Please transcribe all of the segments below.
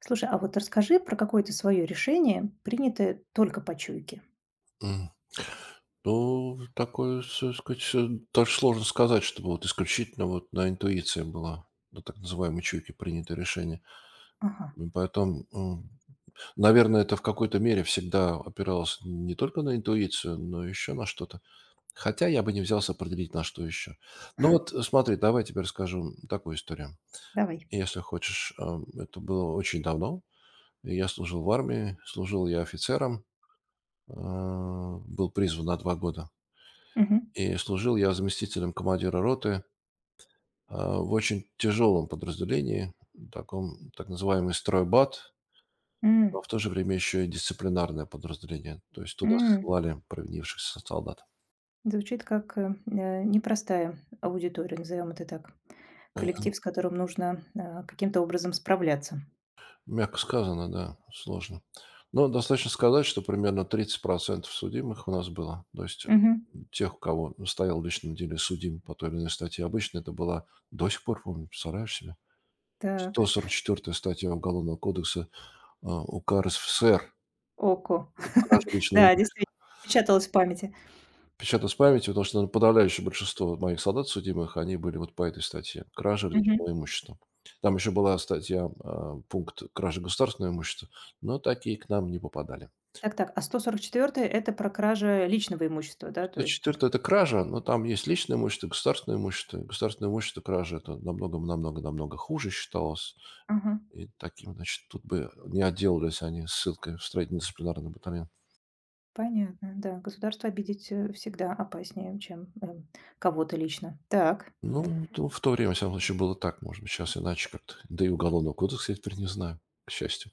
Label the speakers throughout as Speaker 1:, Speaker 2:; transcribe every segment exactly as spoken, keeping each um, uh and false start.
Speaker 1: Слушай, а вот расскажи про какое-то свое решение, принятое только по чуйке.
Speaker 2: М. Ну, такое, всё сказать, э, даже сложно сказать, чтобы вот исключительно вот на интуиции было, на так называемой чуйке принято решение.
Speaker 1: Ага,
Speaker 2: М, поэтому, м, наверное, это в какой-то мере всегда опиралось не только на интуицию, но еще на что-то. Хотя я бы не взялся определить, на что еще. Ну вот, э, смотри, давай я тебе расскажу такую историю,
Speaker 1: давай.
Speaker 2: если хочешь. Ам, это было очень давно. Я служил в армии, служил я офицером, а, был призван на два года.
Speaker 1: Мгм.
Speaker 2: И служил я заместителем командира роты, а, в очень тяжелом подразделении, таком так называемый стройбат,
Speaker 1: М,
Speaker 2: но в то же время еще и дисциплинарное подразделение. То есть туда
Speaker 1: м.
Speaker 2: ссылали провинившихся солдат.
Speaker 1: Звучит как э, э, непростая аудитория, назовем это так.
Speaker 2: Э,
Speaker 1: Коллектив, с которым нужно э, каким-то образом справляться.
Speaker 2: Мягко сказано, да, сложно. Но достаточно сказать, что примерно тридцать процентов судимых у нас было. То есть
Speaker 1: Мгм.
Speaker 2: тех, у кого стоял в личном деле судим по той или иной статье. Обычно это было, до сих пор помню, представляешь себе,
Speaker 1: Так.
Speaker 2: сто сорок четвёртая статья Уголовного кодекса, а, УК РСФСР.
Speaker 1: Око.
Speaker 2: Кража личного
Speaker 1: Да,
Speaker 2: имущества.
Speaker 1: действительно, печаталось в памяти.
Speaker 2: Отпечаток с памяти, потому что, наверно, подавляющее большинство моих солдат судимых, они были вот по этой статье. Кража
Speaker 1: Мгм.
Speaker 2: личного имущества. Там еще была статья, а, пункт кражи государственного имущества, но такие к нам не попадали.
Speaker 1: Так-так, а сто сорок четвертая это про кража личного имущества, да, то есть.
Speaker 2: сто четвёртая это кража, но там есть личное имущество, государственное имущество. Государственное имущество кража- это намного намного намного хуже считалось.
Speaker 1: Ага.
Speaker 2: И таким, значит, тут бы не отделались они ссылкой в строительно-дисциплинарный батальон.
Speaker 1: Понятно, да. Государство обидеть, э, всегда опаснее, чем, эм, кого-то лично. Так,
Speaker 2: Ну, то в то время, во всяком случае, было так. Может быть, сейчас иначе как-то. Да и Уголовного кодекса я теперь не знаю, к счастью.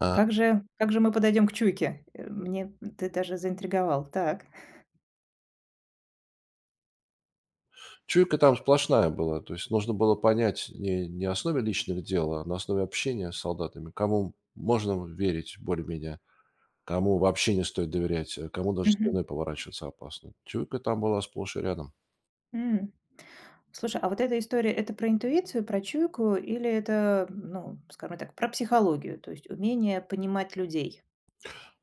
Speaker 2: А
Speaker 1: как же как же мы подойдем к чуйке? Э, мне ты даже заинтриговал. Так.
Speaker 2: чуйка там сплошная была. То есть нужно было понять не, не на основе личных дел, а на основе общения с солдатами, кому можно верить более-менее, кому вообще не стоит доверять, а кому даже
Speaker 1: Мгм.
Speaker 2: спиной поворачиваться опасно. Чуйка там была сплошь и рядом.
Speaker 1: М. Слушай, а вот эта история- это про интуицию, про чуйку или это, ну, скажем так, про психологию, то есть умение понимать людей?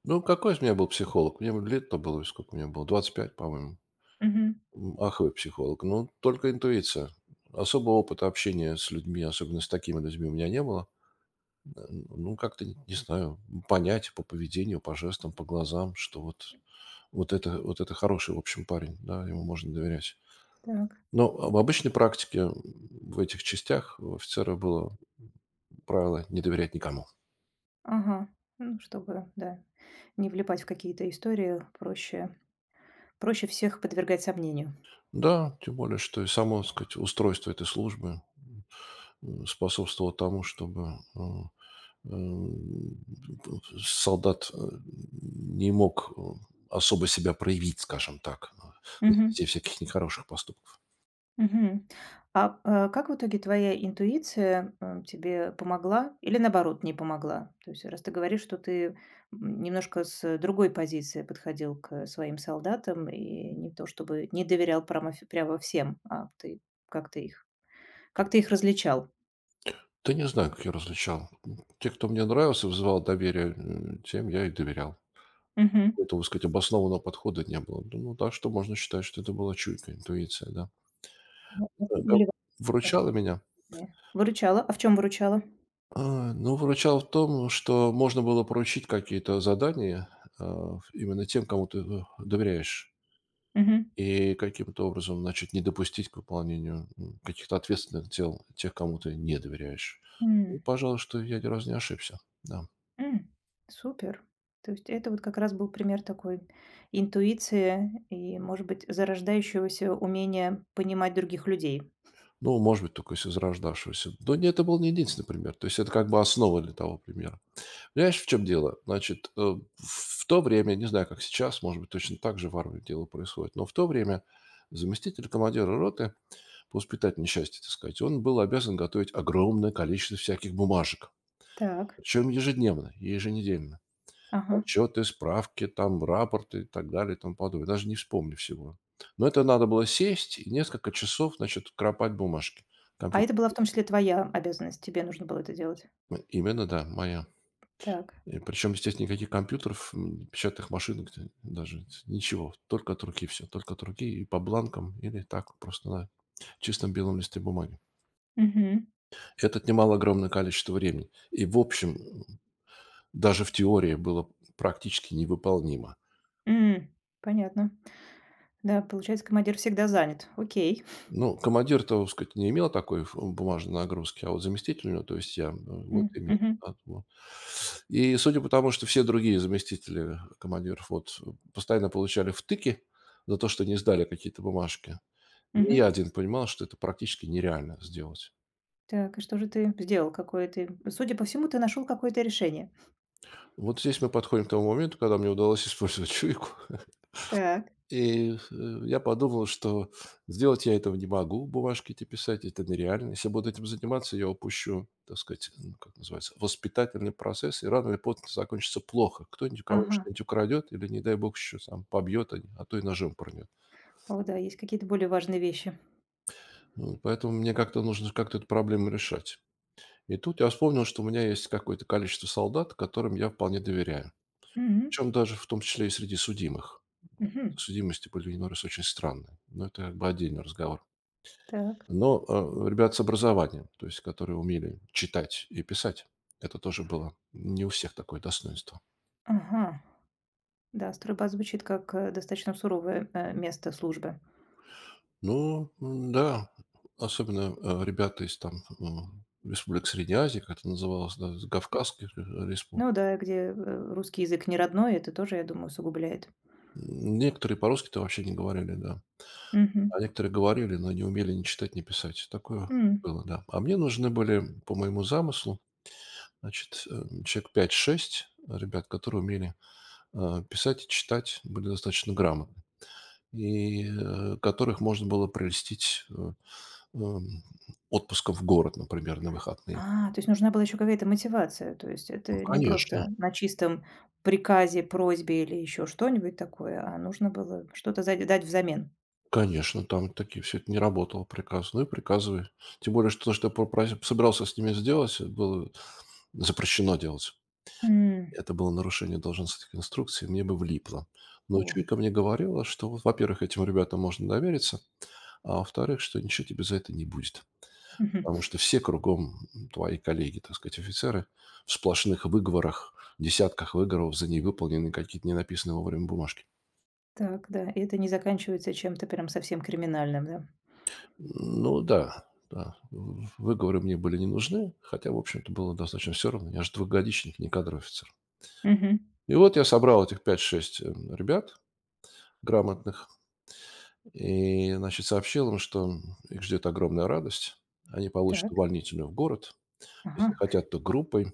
Speaker 2: Ну, какой из меня был психолог? Мне лет-то было, сколько мне было? Двадцать пять, по-моему.
Speaker 1: Мгм.
Speaker 2: Ах, вы психолог. Ну, только интуиция. Особого опыта общения с людьми, особенно с такими людьми, у меня не было. Э, Ну, как-то, не не знаю, понять по поведению, по жестам, по глазам, что вот, вот, это, вот это хороший, в общем, парень, да, ему можно доверять.
Speaker 1: Так.
Speaker 2: Но в обычной практике м, в этих частях у офицера было правило не доверять никому.
Speaker 1: Ага. Ну, чтобы, да, не влипать в какие-то истории, проще проще всех подвергать сомнению.
Speaker 2: Да, тем более, что и само, так сказать, устройство этой службы м, способствовало тому, чтобы э, Эм, солдат, э, не мог, э, особо себя проявить, скажем так, а, на
Speaker 1: Мгм.
Speaker 2: стезе всяких нехороших поступков.
Speaker 1: Мгм. А, э, как в итоге твоя интуиция, э, тебе помогла или, наоборот, не помогла? То есть раз ты говоришь, что ты, м, немножко с другой позиции подходил к своим солдатам и не то чтобы не доверял прямо ф прямо всем, а ты как ты их как ты их различал?
Speaker 2: Да не знаю, как я различал. Те, кто мне нравился, вызывал доверие, м, тем я и доверял.
Speaker 1: Мгм.
Speaker 2: Какого-то, так сказать, обоснованного подхода не было. Да, ну да, что можно считать, что это была чуйка, интуиция, да.
Speaker 1: Ну, а
Speaker 2: Э,
Speaker 1: тут
Speaker 2: как
Speaker 1: были вопросы.
Speaker 2: выручало меня?
Speaker 1: Выручала. А в чем выручала?
Speaker 2: А, ну, выручало в том, что можно было поручить какие-то задания, а, именно тем, кому ты, э, доверяешь.
Speaker 1: Мгм.
Speaker 2: И каким-то образом, значит, не допустить к выполнению м, каких-то ответственных дел тех, кому ты не доверяешь. И, пожалуй, что я ни разу не ошибся. Да.
Speaker 1: М, супер. То есть это вот как раз был пример такой интуиции и, может быть, зарождающегося умения понимать других людей.
Speaker 2: Ну, может быть, только из израждавшегося. Но не это был не единственный пример. То есть это как бы основа для того примера. Понимаешь, в чем дело? Значит, э, в то время, не знаю, как сейчас, может быть, точно так же в армии дело происходит, но в то время заместитель командира роты по воспитательной части, так сказать, он был обязан готовить огромное количество всяких бумажек,
Speaker 1: Так,
Speaker 2: причем ежедневно и еженедельно.
Speaker 1: ага.
Speaker 2: Отчеты, справки, там рапорты и так далее и тому подобное. Даже не вспомню всего. Но это надо было сесть и несколько часов, значит, кропать бумажки.
Speaker 1: А
Speaker 2: Компьютер,
Speaker 1: это была в том числе
Speaker 2: естественно.
Speaker 1: твоя обязанность, тебе нужно было это делать.
Speaker 2: Именно, да, моя.
Speaker 1: Так.
Speaker 2: И причем, естественно, никаких компьютеров, м, печатных машинок т- даже ничего. Только от руки все. Только от руки и по бланкам или так вот просто на чистом белом листе бумаги.
Speaker 1: Мгм.
Speaker 2: Это отнимало огромное количество времени. И, в общем, м, даже в теории было практически невыполнимо.
Speaker 1: М, понятно. Да, получается, командир всегда занят. Окей.
Speaker 2: Ну, командир, так сказать, не имел такой ф бумажной нагрузки, а вот заместитель у него, то есть я, м, вот
Speaker 1: М,
Speaker 2: имел.
Speaker 1: мгм,
Speaker 2: Поэтому и судя по тому, что все другие заместители командиров вот постоянно получали втыки за то, что не сдали какие-то бумажки, не
Speaker 1: мгм.
Speaker 2: я один понимал, что это практически нереально сделать.
Speaker 1: Так, и что же ты сделал? Какое ты... Судя по всему, ты нашел какое-то решение.
Speaker 2: Вот здесь мы подходим к тому моменту, когда мне удалось использовать чуйку.
Speaker 1: Так.
Speaker 2: И, э, я подумал, что сделать я этого не могу, бумажки эти писать, это нереально. Если я буду этим заниматься, я упущу, так сказать, ну, как называется, воспитательный процесс, и рано или поздно это закончится плохо. Кто-нибудь у кого-нибудь
Speaker 1: Ага.
Speaker 2: что-нибудь украдет или, не дай бог, еще сам побьет, а а то и ножом пронет.
Speaker 1: О, да, есть какие-то более важные вещи.
Speaker 2: Ну, поэтому мне как-то нужно как-то эту проблему решать. И тут я вспомнил, что у меня есть какое-то количество солдат, которым я вполне доверяю.
Speaker 1: Мгм,
Speaker 2: Причем даже в том числе и среди судимых.
Speaker 1: мгм.
Speaker 2: Судимости были иной раз очень странные. Но это как бы отдельный разговор.
Speaker 1: Так.
Speaker 2: Но э, ребят с образованием, то есть которые умели читать и писать, это тоже было не у всех такое достоинство.
Speaker 1: Ага, да, стройбат звучит как э, достаточно суровое э, место службы.
Speaker 2: Ну, м, да, особенно э, ребята из там м, республик Средней Азии, как это называлось, да, из Кавказских э, республик.
Speaker 1: Ну да, где э, русский язык не родной, это тоже, я думаю, усугубляет.
Speaker 2: М, Некоторые по-русски-то вообще не говорили, да.
Speaker 1: Мгм.
Speaker 2: А некоторые говорили, но не умели ни читать, ни писать. Такое
Speaker 1: М.
Speaker 2: было, да. А мне нужны были, по моему замыслу, значит, э, человек пять-шесть ребят, которые умели э, писать и читать, были достаточно грамотны, и э, которых можно было прелестить э, эм, отпуском в город, например, на выходные.
Speaker 1: А, то есть нужна была еще какая-то мотивация. То есть
Speaker 2: Ну,
Speaker 1: это не
Speaker 2: конечно,
Speaker 1: просто на чистом приказе, просьбе или еще что-нибудь такое, а нужно было что-то за- дать взамен.
Speaker 2: конечно, там такие все это не работало приказ. Ну и приказывай. Тем более, что то, что я попро- собирался с ними сделать, э, было запрещено делать.
Speaker 1: М.
Speaker 2: Это было нарушение должностных инструкций, мне бы влипло. Но
Speaker 1: О,
Speaker 2: чуйка мне говорила, что, во-первых, этим ребятам можно довериться, а во-вторых, что ничего тебе за это не будет.
Speaker 1: мгм.
Speaker 2: Потому что все кругом твои коллеги, так сказать, офицеры в сплошных выговорах, десятках выговоров за невыполненные какие-то ненаписанные вовремя бумажки.
Speaker 1: Так, да, и это не заканчивается чем-то прям совсем криминальным, да?
Speaker 2: Ну да, да, в- выговоры мне были не нужны, хотя, в общем-то, было достаточно все равно. Я же двухгодичник, не кадровый офицер.
Speaker 1: Мгм.
Speaker 2: И вот я собрал этих пять-шесть э, ребят грамотных и, значит, сообщил им, что их ждет огромная радость. Они получат
Speaker 1: Так,
Speaker 2: увольнительную в город. Если
Speaker 1: ага,
Speaker 2: хотят, то группой.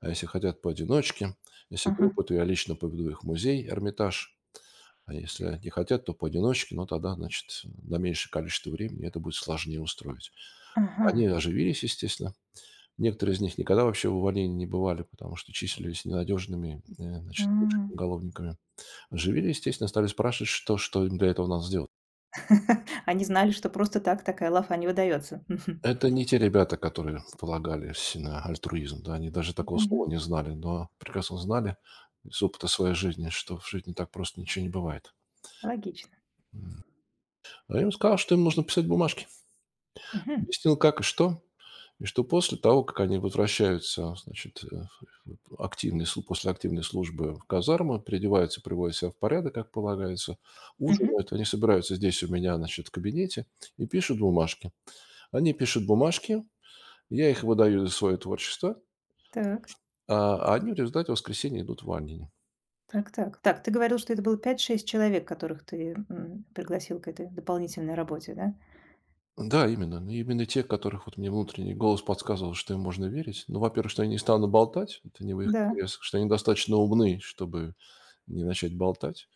Speaker 2: А если хотят поодиночке, если
Speaker 1: ага,
Speaker 2: группа, то я лично поведу их в музей "Эрмитаж", а если не хотят, то поодиночке, но тогда, значит, на меньшее количество времени это будет сложнее устроить.
Speaker 1: ага.
Speaker 2: Они оживились, естественно. Некоторые из них никогда вообще в увольнении не бывали, потому что числились ненадежными, э,
Speaker 1: А.
Speaker 2: значит, уголовниками. Оживились, естественно, стали спрашивать, что что им для этого надо сделать.
Speaker 1: Они знали, что просто так такая лафа не выдается. Мгм.
Speaker 2: Это не те ребята, которые полагались на альтруизм, да, они даже такого слова не знали, но прекрасно знали из опыта своей жизни, что в жизни так просто ничего не бывает.
Speaker 1: Логично.
Speaker 2: А я им сказал, что им нужно писать бумажки.
Speaker 1: Мгм.
Speaker 2: Объяснил, как и что. И что после того, как они возвращаются, значит, э, активной слу- после активной службы в казармы, переодеваются, приводят себя в порядок, как полагается,
Speaker 1: Мгм.
Speaker 2: ужинают. Они собираются здесь у меня, значит, в кабинете и пишут бумажки. Они пишут бумажки, я их выдаю за свое творчество,
Speaker 1: Так.
Speaker 2: а а они в результате в воскресенье идут в Аннин.
Speaker 1: Так так. Так, ты говорил, что это было пять-шесть человек, которых ты, м, пригласил к этой дополнительной работе, да?
Speaker 2: Да, именно. Ну, именно те, которых вот мне внутренний голос подсказывал, что им можно верить. Ну, во-первых, что они не станут болтать, это не в их
Speaker 1: Да.
Speaker 2: интересах, что они достаточно умны, чтобы не начать болтать,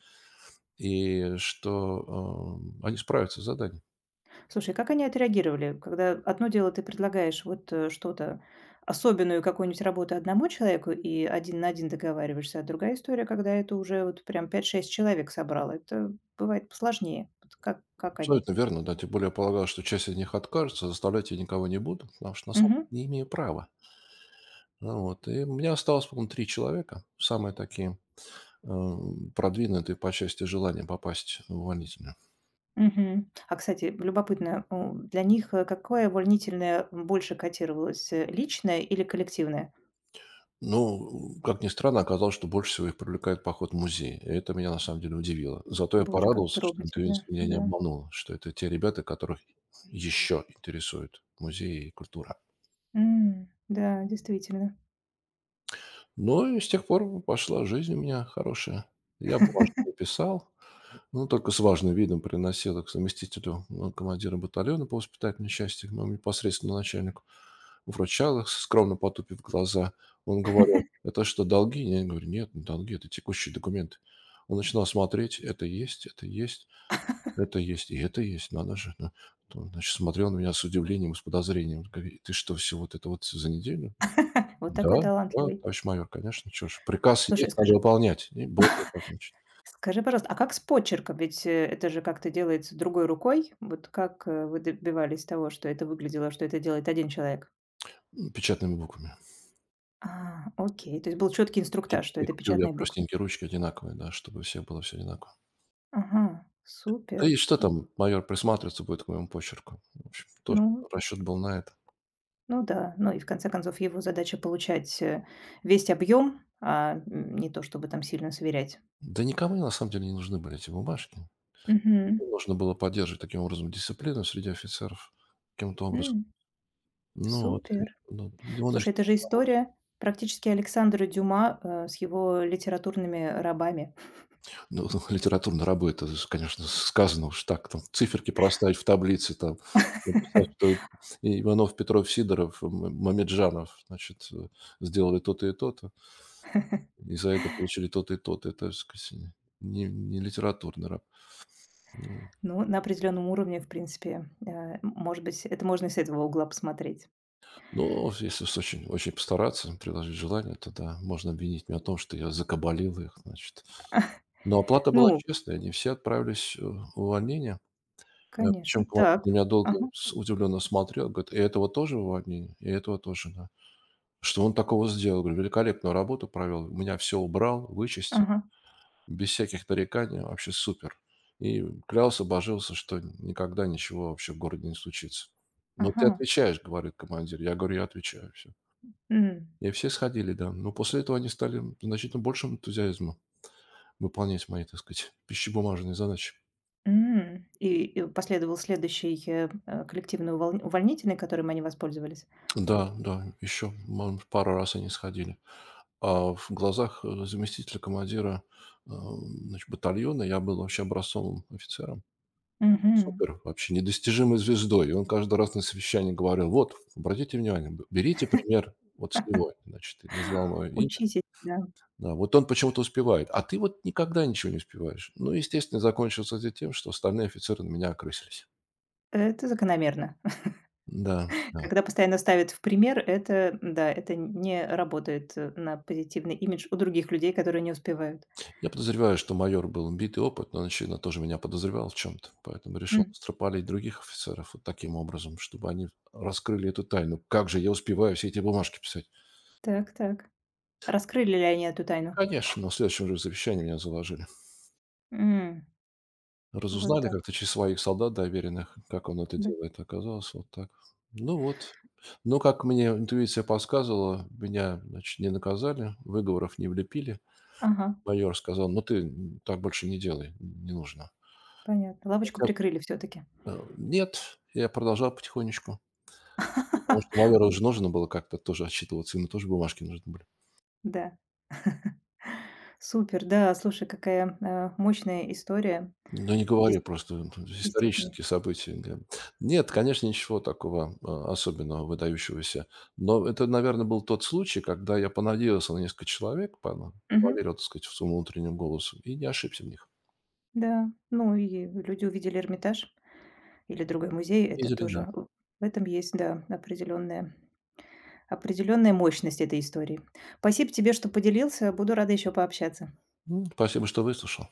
Speaker 2: и что эм, они справятся с заданием.
Speaker 1: Слушай, как они отреагировали, когда одно дело ты предлагаешь вот, э, что-то, особенную какую-нибудь работу одному человеку и один на один договариваешься, а другая история, когда это уже вот прям пять-шесть человек собрало, это бывает посложнее. Вот как как они?
Speaker 2: Абсолютно верно, да. Тем более я полагал, что часть из них откажется, заставлять я никого не буду, потому что на самом деле не имею права. Ну вот. И у меня осталось, по-моему, три человека, самые такие эм, продвинутые по части желания попасть в увольнительную.
Speaker 1: Мгм. А, кстати, любопытно, у, для них, э, какое увольнительное больше котировалось, э, личное или коллективное?
Speaker 2: Ну, э, как ни странно, оказалось, что больше всего их привлекает поход в музей. И это меня на самом деле удивило. Зато я
Speaker 1: Боже, как
Speaker 2: порадовался, что
Speaker 1: трогательно,
Speaker 2: интуиция меня не
Speaker 1: да.
Speaker 2: обманула, что это те ребята, которых еще интересует музей и культура.
Speaker 1: М, да, действительно.
Speaker 2: Ну и с тех пор пошла жизнь у меня хорошая. Я бумажку писал, ну только с важным видом приносила к заместителю э, командира батальона по воспитательной части, к моему непосредственному начальнику, вручал их, скромно потупив глаза. Он говорил, это что, долги? Я говорю, нет, не долги, это текущие документы. Он начинал смотреть, это есть, это есть, это есть, и это есть, надо же, да». То он, значит, смотрел на меня с удивлением и с подозрением. Говорит, ты что, все вот это вот за неделю?
Speaker 1: Вот
Speaker 2: Да,
Speaker 1: такой
Speaker 2: да,
Speaker 1: талантливый.
Speaker 2: товарищ майор, конечно, что ж. Приказ
Speaker 1: Слушай,
Speaker 2: есть, надо
Speaker 1: скажи
Speaker 2: выполнять. И было так, значит,
Speaker 1: скажи, пожалуйста, а как с почерком? Ведь, э, это же как-то делается другой рукой. Вот как, э, вы добивались того, что это выглядело, что это делает один человек?
Speaker 2: печатными буквами.
Speaker 1: А, окей. То есть был четкий
Speaker 2: И
Speaker 1: инструктаж, что
Speaker 2: и
Speaker 1: это
Speaker 2: купил я
Speaker 1: печатные буквы.
Speaker 2: простенькие ручки одинаковые, да, чтобы все было все одинаково.
Speaker 1: Ага,
Speaker 2: Да и
Speaker 1: супер.
Speaker 2: что там, майор присматриваться будет к моему почерку. В общем, тоже
Speaker 1: Ну
Speaker 2: расчет был на это.
Speaker 1: Ну да, ну и в конце концов его задача получать, э, весь объем, а, м, не то чтобы там сильно сверять.
Speaker 2: Да никому на самом деле не нужны были эти бумажки.
Speaker 1: Мгм.
Speaker 2: Нужно было поддерживать таким образом дисциплину среди офицеров каким-то образом.
Speaker 1: М,
Speaker 2: Ну вот, и
Speaker 1: супер.
Speaker 2: ну, и он их
Speaker 1: Слушай,
Speaker 2: не
Speaker 1: это же
Speaker 2: читал вовсе.
Speaker 1: история практически Александра Дюма, э, с его литературными рабами.
Speaker 2: Ну, литературной рабы- это, с конечно, сказано уж так, там циферки проставить в таблице, там написать, что Иванов, Петров, Сидоров, М Мамеджанов, значит, э, сделали то-то и то-то. И за это получили тот и тот то. Это, так сказать, не, не литературный раб. Ну,
Speaker 1: Ну, на определенном уровне, в принципе, э, м может быть, это можно и с этого угла посмотреть.
Speaker 2: но если с очень, очень постараться, приложить желание, то да, можно обвинить меня в том, что я закабалил их, значит. Но оплата была
Speaker 1: Ну,
Speaker 2: честная, они все отправились э, в увольнение. Э,
Speaker 1: конечно.
Speaker 2: Причем командир
Speaker 1: Так.
Speaker 2: на меня долго
Speaker 1: Ага,
Speaker 2: с- удивленно смотрел, говорит, и этого тоже в увольнение, и этого тоже, да. Что он такого сделал? Говорю, великолепную работу провел, меня все убрал, вычистил,
Speaker 1: ага,
Speaker 2: без всяких нареканий, вообще супер. И клялся, божился, что никогда ничего вообще в городе не случится. "Но
Speaker 1: ага.
Speaker 2: ты отвечаешь",- говорит командир. Я говорю: "Я отвечаю". Все.
Speaker 1: М,
Speaker 2: И все сходили, да. Но после этого они стали значительно большим энтузиазмом выполнять мои, так сказать, пищебумажные задачи.
Speaker 1: м. И и последовал следующий, э, э, коллективный увол увольнительный, которым они воспользовались?
Speaker 2: Да, да, еще, пару раз они сходили. А в глазах, э, заместителя командира, э, значит, батальона я был вообще образцовым офицером.
Speaker 1: Мгм.
Speaker 2: Супер, вообще недостижимой звездой. И он каждый раз на совещании говорил: "Вот, обратите внимание, б берите пример вот с него". Значит, и назвал мое имя.
Speaker 1: Учитесь, да.
Speaker 2: Да, вот он почему-то успевает, а ты вот никогда ничего не успеваешь. Ну, естественно, закончилось это тем, что остальные офицеры на меня окрысились.
Speaker 1: Это закономерно.
Speaker 2: Да, да.
Speaker 1: Когда постоянно ставят в пример, это, да, это не работает, э, на позитивный имидж у других людей, которые не успевают.
Speaker 2: Я подозреваю, что майор был битый опыт, но он, очевидно, тоже меня подозревал в чем-то, поэтому решил
Speaker 1: М,
Speaker 2: стропалить других офицеров вот таким образом, чтобы они раскрыли эту тайну. Как же я успеваю все эти бумажки писать?
Speaker 1: так так. Раскрыли ли они эту тайну?
Speaker 2: Конечно, на следующем же совещании меня заложили.
Speaker 1: М, вот
Speaker 2: Разузнали
Speaker 1: так,
Speaker 2: как-то через своих солдат доверенных, как он это
Speaker 1: да.
Speaker 2: делает. Оказалось, вот так. Ну вот. Но, как мне интуиция подсказывала, меня, значит, не наказали, выговоров не влепили.
Speaker 1: Ага,
Speaker 2: Майор сказал: "Ну, ты, м, так больше не делай, не нужно".
Speaker 1: понятно. Лавочку
Speaker 2: Хотя,
Speaker 1: прикрыли все таки.
Speaker 2: э, нет, я продолжал потихонечку, потому что майору же нужно было как-то тоже отчитываться, ему тоже бумажки нужны были.
Speaker 1: Да. Супер, да, слушай, какая, э, мощная история.
Speaker 2: Да не
Speaker 1: Дес
Speaker 2: говори просто,
Speaker 1: действительно.
Speaker 2: исторические события, да. Нет, конечно, ничего такого, а, особенного, выдающегося. Но это, наверное, был тот случай, когда я понадеялся на несколько человек, пона
Speaker 1: Мгм,
Speaker 2: поверил, так сказать, в своему внутреннему голосу и не ошибся в них.
Speaker 1: да. Ну и люди увидели Эрмитаж. Или другой музей. Это
Speaker 2: Видели, да.
Speaker 1: тоже в этом есть, да, определенная определенная мощность этой истории. Спасибо тебе, что поделился. Буду рада еще пообщаться.
Speaker 2: М, спасибо, что выслушал.